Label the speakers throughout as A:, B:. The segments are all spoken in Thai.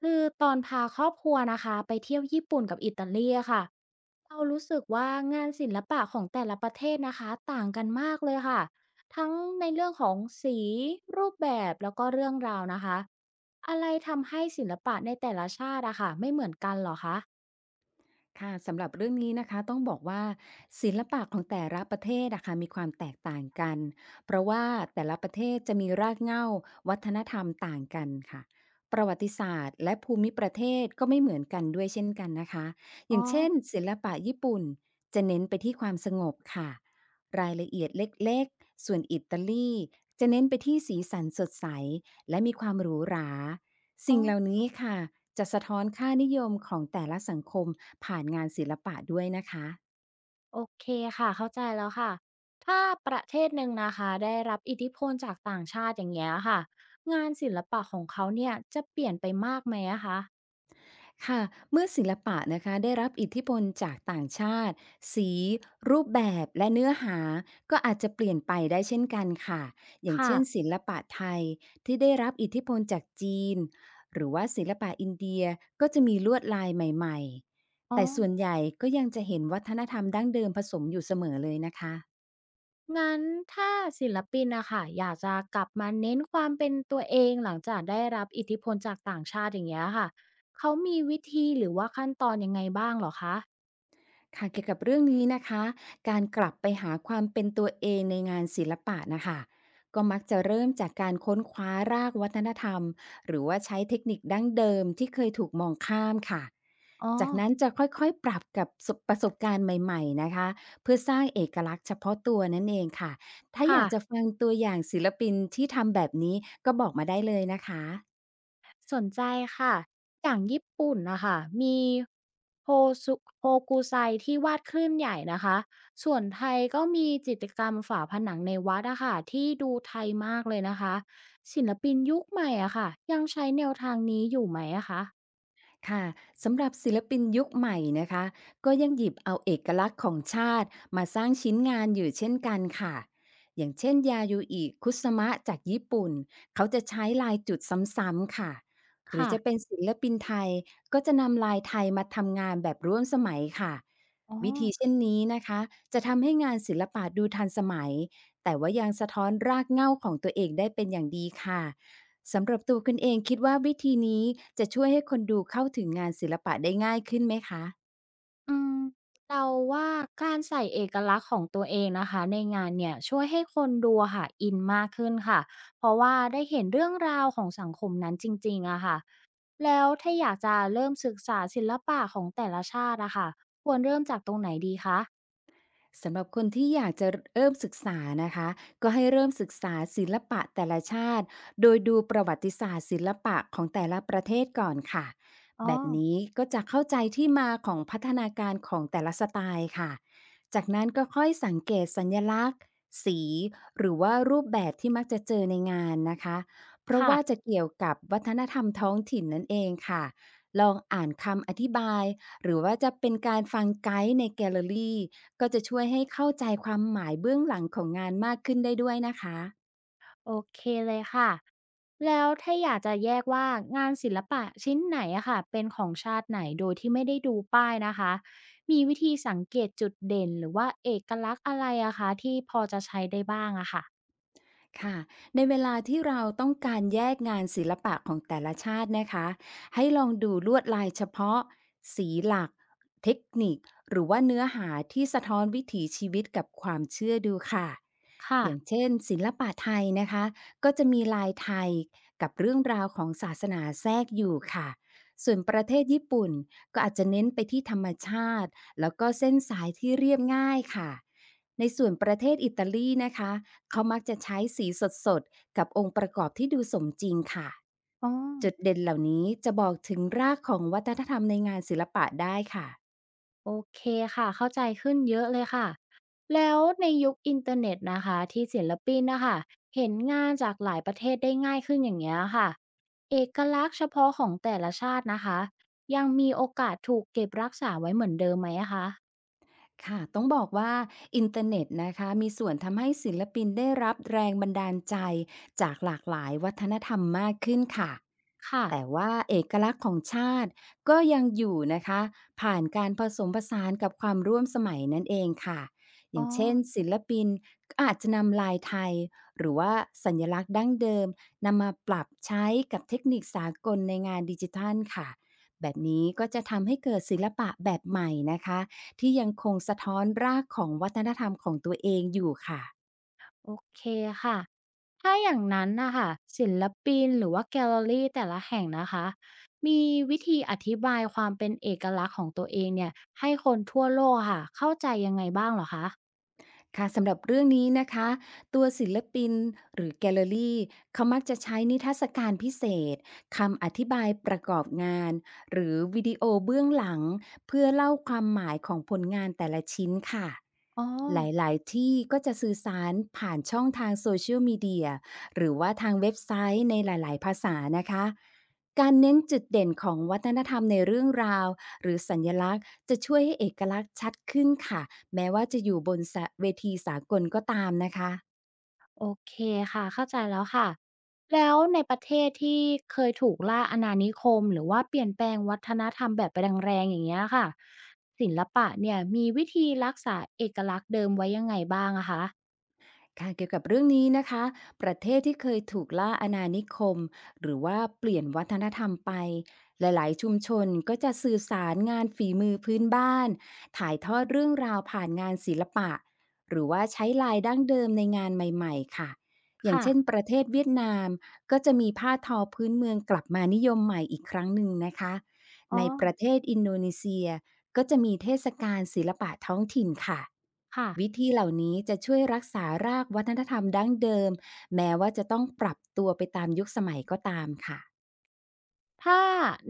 A: คือตอนพาครอบครัวนะคะไปเที่ยวญี่ปุ่นกับอิตาลีอะค่ะเรารู้สึกว่างานศิลปะของแต่ละประเทศนะคะต่างกันมากเลยค่ะทั้งในเรื่องของสีรูปแบบแล้วก็เรื่องราวนะคะอะไรทำให้ศิลปะในแต่ละชาติอะค่ะไม่เหมือนกันเหรอคะ
B: ค่ะสำหรับเรื่องนี้นะคะต้องบอกว่าศิลปะของแต่ละประเทศนะคะมีความแตกต่างกันเพราะว่าแต่ละประเทศจะมีรากเหง้าวัฒนธรรมต่างกันค่ะประวัติศาสตร์และภูมิประเทศก็ไม่เหมือนกันด้วยเช่นกันนะคะอ
A: อ๋อ
B: ย่างเช่นศิลปะญี่ปุ่นจะเน้นไปที่ความสงบค่ะรายละเอียดเล็กๆส่วนอิตาลีจะเน้นไปที่สีสันสดใสและมีความหรูหรา
A: อ๋อ
B: สิ่งเหล่านี้ค่ะจะสะท้อนค่านิยมของแต่ละสังคมผ่านงานศิลปะด้วยนะคะ
A: โอเคค่ะเข้าใจแล้วค่ะถ้าประเทศหนึ่งนะคะได้รับอิทธิพลจากต่างชาติอย่างเงี้ยค่ะงานศิลปะของเขาเนี่ยจะเปลี่ยนไปมากไหมอะคะ
B: ค่ะเมื่อศิลปะนะคะได้รับอิทธิพลจากต่างชาติสีรูปแบบและเนื้อหาก็อาจจะเปลี่ยนไปได้เช่นกันค่ะอย่าง
A: ค่ะ
B: เช่นศิลปะไทยที่ได้รับอิทธิพลจากจีนหรือว่าศิลปะอินเดียก็จะมีลวดลายใหม่
A: อ๋
B: ๆ
A: อ
B: แต่ส่วนใหญ่ก็ยังจะเห็นวัฒนธรรมดั้งเดิมผสมอยู่เสมอเลยนะคะ
A: งั้นถ้าศิลปินนะค่ะอยากจะกลับมาเน้นความเป็นตัวเองหลังจากได้รับอิทธิพลจากต่างชาติอย่างเงี้ยค่ะเขามีวิธีหรือว่าขั้นตอนยังไงบ้างเหรอคะ
B: ค่ะเกี่ยวกับเรื่องนี้นะคะการกลับไปหาความเป็นตัวเองในงานศิลปะนะคะก็มักจะเริ่มจากการค้นคว้ารากวัฒนธรรม หรือว่าใช้เทคนิคดั้งเดิมที่เคยถูกมองข้ามค่ะ
A: อ๋อ
B: จากนั้นจะค่อยๆปรับกับประสบการณ์ใหม่ๆนะคะเพื่อสร้างเอกลักษณ์เฉพาะตัวนั่นเองค่ะถ้าอ
A: ค่ะ
B: ยากจะฟังตัวอย่างศิลปินที่ทำแบบนี้ก็บอกมาได้เลยนะคะ
A: สนใจค่ะ อย่างญี่ปุ่นนะค่ะมีโฮซุโฮกุไซที่วาดคลื่นใหญ่นะคะส่วนไทยก็มีจิตรกรรมฝาผนังในวัดอะค่ะที่ดูไทยมากเลยนะคะศิลปินยุคใหม่อะค่ะยังใช้แนวทางนี้อยู่ไหมอะคะ
B: ค่ะสำหรับศิลปินยุคใหม่นะคะก็ยังหยิบเอาเอกลักษณ์ของชาติมาสร้างชิ้นงานอยู่เช่นกันค่ะอย่างเช่นยาโยูอิคุสมะจากญี่ปุ่นเขาจะใช้ลายจุดซ้ำๆค่ะหรือ
A: ค่ะ
B: จะเป็นศิลปินไทยก็จะนำลายไทยมาทำงานแบบร่วมสมัยค่ะ
A: อ๋อ
B: วิธีเช่นนี้นะคะจะทำให้งานศิลปะดูทันสมัยแต่ว่ายังสะท้อนรากเหง้าของตัวเองได้เป็นอย่างดีค่ะ สำหรับตัวคุณเองคิดว่าวิธีนี้จะช่วยให้คนดูเข้าถึงงานศิลปะได้ง่ายขึ้นไหมคะ
A: อืมเราว่าการใส่เอกลักษณ์ของตัวเองนะคะในงานเนี่ยช่วยให้คนดูอะค่ะอินมากขึ้นค่ะเพราะว่าได้เห็นเรื่องราวของสังคมนั้นจริงๆอะค่ะแล้วถ้าอยากจะเริ่มศึกษาศิลปะของแต่ละชาติอะค่ะควรเริ่มจากตรงไหนดีคะ
B: สำหรับคนที่อยากจะเริ่มศึกษานะคะก็ให้เริ่มศึกษาศิลปะแต่ละชาติโดยดูประวัติศาสตร์ศิลปะของแต่ละประเทศก่อนค่ะ
A: อ๋อ
B: แบบนี้ก็จะเข้าใจที่มาของพัฒนาการของแต่ละสไตล์ค่ะจากนั้นก็ค่อยสังเกตสัญลักษณ์สีหรือว่ารูปแบบที่มักจะเจอในงานนะคะเพราะ
A: ค่ะ
B: ว่าจะเกี่ยวกับวัฒนธรรมท้องถิ่นนั่นเองค่ะลองอ่านคำอธิบายหรือว่าจะเป็นการฟังไกด์ในแกลเลอรี่ ก็จะช่วยให้เข้าใจความหมายเบื้องหลังของงานมากขึ้นได้ด้วยนะคะ
A: โอเคเลยค่ะ แล้วถ้าอยากจะแยกว่างานศิลปะชิ้นไหนอะค่ะเป็นของชาติไหนโดยที่ไม่ได้ดูป้ายนะคะ มีวิธีสังเกตจุดเด่นหรือว่าเอกลักษณ์อะไรอะคะที่พอจะใช้ได้บ้างอะค่ะ
B: ค่ะในเวลาที่เราต้องการแยกงานศิลปะของแต่ละชาตินะคะให้ลองดูลวดลายเฉพาะสีหลักเทคนิคหรือว่าเนื้อหาที่สะท้อนวิถีชีวิตกับความเชื่อดูค่ะ
A: ค่ะ
B: อย่างเช่นศิลปะไทยนะคะก็จะมีลายไทยกับเรื่องราวของศาสนาแทรกอยู่ค่ะส่วนประเทศญี่ปุ่นก็อาจจะเน้นไปที่ธรรมชาติแล้วก็เส้นสายที่เรียบง่ายค่ะในส่วนประเทศอิตาลีนะคะ เขามักจะใช้สีสดๆกับองค์ประกอบที่ดูสมจริงค่ะ
A: อ๋อ
B: จุดเด่นเหล่านี้จะบอกถึงรากของวัฒนธรรมในงานศิลปะได้ค่ะ
A: โอเคค่ะเข้าใจขึ้นเยอะเลยค่ะแล้วในยุคอินเทอร์เน็ตนะคะที่ศิลปินนะคะเห็นงานจากหลายประเทศได้ง่ายขึ้นอย่างเงี้ยค่ะเอกลักษณ์เฉพาะของแต่ละชาตินะคะยังมีโอกาสถูกเก็บรักษาไว้เหมือนเดิมไหมอะคะ
B: ค่ะต้องบอกว่าอินเทอร์เน็ตนะคะมีส่วนทำให้ศิลปินได้รับแรงบันดาลใจจากหลากหลายวัฒนธรรมมากขึ้นค่ะ
A: ค่ะ
B: แต่ว่าเอกลักษณ์ของชาติก็ยังอยู่นะคะผ่านการผสมผสานกับความร่วมสมัยนั่นเองค่ะอ
A: อ๋อ
B: ย่างเช่นศิลปินก็อาจจะนำลายไทยหรือว่าสัญลักษณ์ดั้งเดิมนำมาปรับใช้กับเทคนิคสากลในงานดิจิทัลค่ะแบบนี้ก็จะทำให้เกิดศิลปะแบบใหม่นะคะ ที่ยังคงสะท้อนรากของวัฒนธรรมของตัวเองอยู่ค่ะ
A: โอเคค่ะถ้าอย่างนั้นนะคะศิลปินหรือว่าแกลเลอรี่แต่ละแห่งนะคะมีวิธีอธิบายความเป็นเอกลักษณ์ของตัวเองเนี่ยให้คนทั่วโลกค่ะเข้าใจยังไงบ้างเหรอคะ
B: ค่ะสำหรับเรื่องนี้นะคะ ตัวศิลปินหรือแกลเลอรี่เขามักจะใช้นิทรรศการพิเศษคำอธิบายประกอบงานหรือวิดีโอเบื้องหลังเพื่อเล่าความหมายของผลงานแต่ละชิ้นค่ะ
A: อ๋อ
B: หลายๆที่ก็จะสื่อสารผ่านช่องทางโซเชียลมีเดียหรือว่าทางเว็บไซต์ในหลายๆภาษานะคะ การเน้นจุดเด่นของวัฒนธรรมในเรื่องราวหรือสัญลักษณ์จะช่วยให้เอกลักษณ์ชัดขึ้นค่ะแม้ว่าจะอยู่บนสะเวทีสากลก็ตามนะคะ
A: โอเคค่ะเข้าใจแล้วค่ะแล้วในประเทศที่เคยถูกล่าอาณานิคมหรือว่าเปลี่ยนแปลงวัฒนธรรมแบบแรงๆอย่างเงี้ยค่ะศิลปะเนี่ยมีวิธีรักษาเอกลักษณ์เดิมไว้ยังไงบ้างอะคะ
B: ค่ะเกี่ยวกับเรื่องนี้นะคะ ประเทศที่เคยถูกล่าอาณานิคมหรือว่าเปลี่ยนวัฒนธรรมไป หลายๆชุมชนก็จะสื่อสารงานฝีมือพื้นบ้าน ถ่ายทอดเรื่องราวผ่านงานศิลปะหรือว่าใช้ลายดั้งเดิมในงานใหม่ๆค่ะ อย่าง
A: ค่ะ
B: เช่นประเทศเวียดนามก็จะมีผ้าทอพื้นเมืองกลับมานิยมใหม่อีกครั้งหนึ่งนะคะ
A: อ๋อ
B: ในประเทศอินโดนีเซีย ก็จะมีเทศกาลศิลปะท้องถิ่นค่ะ
A: ค่ะ
B: วิธีเหล่านี้จะช่วยรักษารากวัฒนธรรมดั้งเดิมแม้ว่าจะต้องปรับตัวไปตามยุคสมัยก็ตามค่ะ
A: ถ้า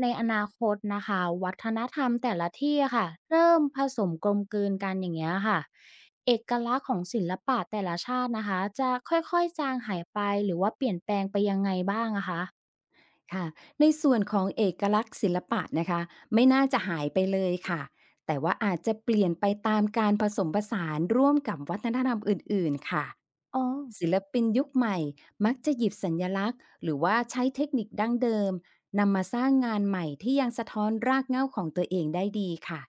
A: ในอนาคตนะคะวัฒนธรรมแต่ละที่อะค่ะเริ่มผสมกลมกลืนกันอย่างเงี้ยค่ะเอกลักษณ์ของศิลปะแต่ละชาตินะคะจะค่อยๆจางหายไปหรือว่าเปลี่ยนแปลงไปยังไงบ้างอะคะ
B: ค่ะในส่วนของเอกลักษณ์ศิลปะนะคะไม่น่าจะหายไปเลยค่ะแต่ว่าอาจจะเปลี่ยนไปตามการผสมผสานร่วมกับวัฒนธรรมอื่นๆค่ะ
A: อ๋อ
B: ศิลปินยุคใหม่มักจะหยิบสัญลักษณ์หรือว่าใช้เทคนิคดั้งเดิมนำมาสร้างงานใหม่ที่ยังสะท้อนรากเหง้าของตัวเองได้ดีค่ะ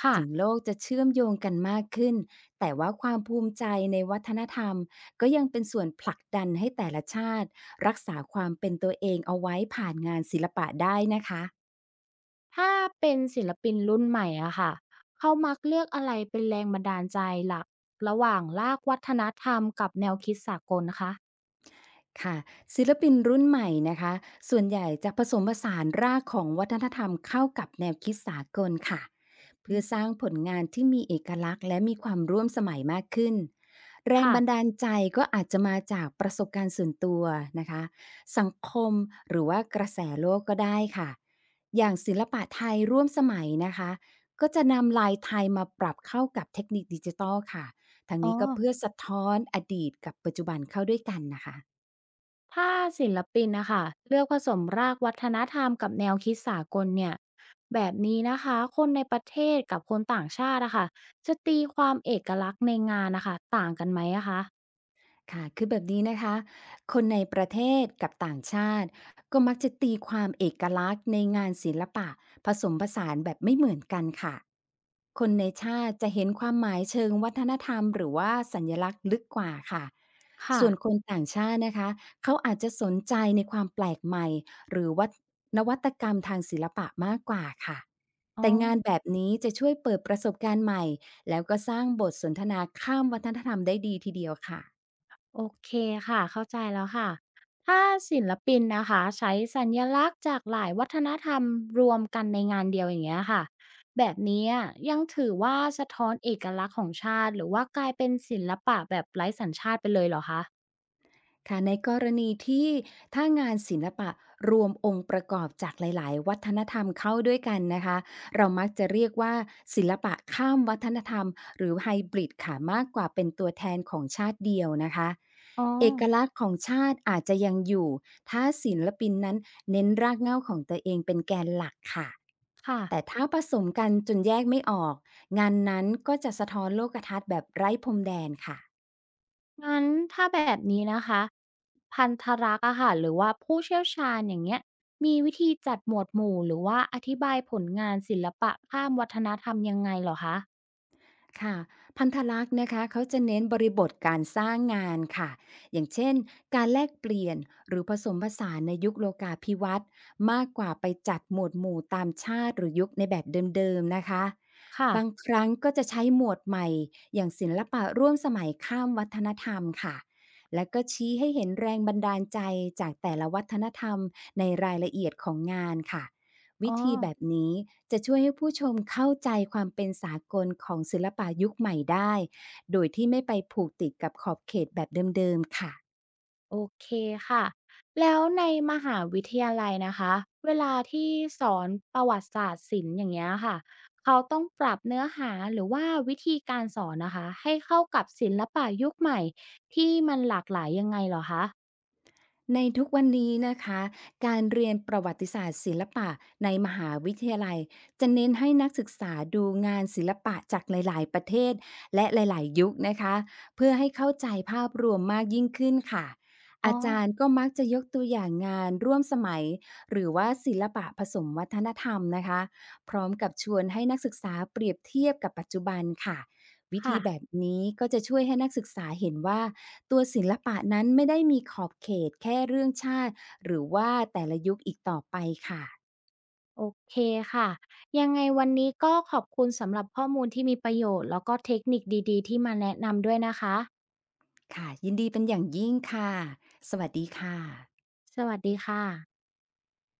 A: ค่ะ
B: ถึงโลกจะเชื่อมโยงกันมากขึ้นแต่ว่าความภูมิใจในวัฒนธรรม ก็ยังเป็นส่วนผลักดันให้แต่ละชาติรักษาความเป็นตัวเองเอาไว้ผ่านงานศิลปะได้นะคะ
A: ถ้าเป็นศิลปินรุ่นใหม่อะค่ะเขามักเลือกอะไรเป็นแรงบันดาลใจหลักระหว่างรากวัฒนธรรมกับแนวคิดสากลนะคะ
B: ค่ะศิลปินรุ่นใหม่นะคะส่วนใหญ่จะผสมผสานรากของวัฒนธรรมเข้ากับแนวคิดสากลค่ะ
A: อื
B: เพื่อ
A: ม
B: สร้างผลงานที่มีเอกลักษณ์และมีความร่วมสมัยมากขึ้นแรง
A: ค่ะ
B: บันดาลใจก็อาจจะมาจากประสบการณ์ส่วนตัวนะคะสังคมหรือว่ากระแสโลกก็ได้ค่ะอย่างศิลปะไทยร่วมสมัยนะคะก็จะนำลายไทยมาปรับเข้ากับเทคนิคดิจิตอลค่ะทาง
A: อ๋อ
B: นี้ก็เพื่อสะท้อนอดีตกับปัจจุบันเข้าด้วยกันนะคะ
A: ถ้าศิลปินนะคะเลือกผสมรากวัฒนธรรมกับแนวคิดสากลเนี่ยแบบนี้นะคะคนในประเทศกับคนต่างชาติอะค่ะจะตีความเอกลักษณ์ในงานนะคะต่างกันไหมอะคะ
B: ค่ะคือแบบนี้นะคะ คนในประเทศกับต่างชาติก็มักจะตีความเอกลักษณ์ในงานศิลปะผสมผสานแบบไม่เหมือนกันค่ะ คนในชาติจะเห็นความหมายเชิงวัฒนธรรมหรือว่าสัญลักษณ์ลึกกว่าค่ะ
A: ค่ะ
B: ส่วนคนต่างชาตินะคะ เขาอาจจะสนใจในความแปลกใหม่หรือว่านวัตกรรมทางศิลปะมากกว่าค่ะ
A: อ๋อ
B: แต่งานแบบนี้จะช่วยเปิดประสบการณ์ใหม่แล้วก็สร้างบทสนทนาข้ามวัฒนธรรมได้ดีทีเดียวค่ะ
A: โอเคค่ะเข้าใจแล้วค่ะถ้าศิลปินนะคะใช้สัญลักษณ์จากหลายวัฒนธรรมรวมกันในงานเดียวอย่างเงี้ยค่ะแบบนี้ยังถือว่าสะท้อนเอกลักษณ์ของชาติหรือว่ากลายเป็นศิลปะแบบไร้สัญชาติไปเลยเหรอคะ
B: ค่ะในกรณีที่ถ้างานศิลปะรวมองค์ประกอบจากหลายๆวัฒนธรรมเข้าด้วยกันนะคะเรามักจะเรียกว่าศิลปะข้ามวัฒนธรรมหรือไฮบริดค่ะมากกว่าเป็นตัวแทนของชาติเดียวนะคะ
A: อ๋อ
B: เอกลักษณ์ของชาติอาจจะยังอยู่ถ้าศิลปินนั้นเน้นรากเหง้าของตัวเองเป็นแกนหลักค่ะ
A: ค่ะ
B: แต่ถ้าผสมกันจนแยกไม่ออกงานนั้นก็จะสะท้อนโลกทัศน์แบบไร้พรมแดนค่ะ
A: งั้นถ้าแบบนี้นะคะพันธรักษ์อะค่ะหรือว่าผู้เชี่ยวชาญอย่างเงี้ยมีวิธีจัดหมวดหมู่หรือว่าอธิบายผลงานศิลปะข้ามวัฒนธรรมยังไงเหรอคะ
B: ค่ะพันธลักษณ์นะคะเขาจะเน้นบริบทการสร้างงานค่ะอย่างเช่นการแลกเปลี่ยนหรือผสมผสานในยุคโลกาภิวัตน์มากกว่าไปจัดหมวดหมู่ตามชาติหรือยุคในแบบเดิมๆนะคะ
A: ค่ะ
B: บางครั้งก็จะใช้หมวดใหม่อย่างศิลปะร่วมสมัยข้ามวัฒนธรรมค่ะและก็ชี้ให้เห็นแรงบันดาลใจจากแต่ละวัฒนธรรมในรายละเอียดของงานค่ะ
A: อ๋
B: วิ
A: อ
B: ธีแบบนี้จะช่วยให้ผู้ชมเข้าใจความเป็นสากลของศิลปะยุคใหม่ได้โดยที่ไม่ไปผูกติดกับขอบเขตแบบเดิมๆค่ะ
A: โอเคค่ะแล้วในมหาวิทยาลัยนะคะเวลาที่สอนประวัติศาสตร์ศิลป์อย่างเงี้ยค่ะเขาต้องปรับเนื้อหาหรือว่าวิธีการสอนนะคะให้เข้ากับศิลปะยุคใหม่ที่มันหลากหลายยังไงเหรอคะ
B: ในทุกวันนี้นะคะการเรียนประวัติศาสตร์ศิลปะในมหาวิทยาลัยจะเน้นให้นักศึกษาดูงานศิลปะจากหลายๆประเทศและหลายๆยุคนะคะเพื่อให้เข้าใจภาพรวมมากยิ่งขึ้นค่ะ
A: อ๋อ
B: อาจารย์ก็มักจะยกตัวอย่างงานร่วมสมัยหรือว่าศิลปะผสมวัฒนธรรมนะคะพร้อมกับชวนให้นักศึกษาเปรียบเทียบกับปัจจุบันค่ะวิ
A: ค่ะ
B: ธีแบบนี้ก็จะช่วยให้นักศึกษาเห็นว่า ตัวศิลปะนั้นไม่ได้มีขอบเขตแค่เรื่องชาติหรือว่าแต่ละยุคอีกต่อไปค่ะ
A: โอเคค่ะยังไงวันนี้ก็ขอบคุณสำหรับข้อมูลที่มีประโยชน์แล้วก็เทคนิคดีๆที่มาแนะนำด้วยนะคะ
B: ค่ะยินดีเป็นอย่างยิ่งค่ะ สวัสดีค่ะ
A: สวัสดีค่ะ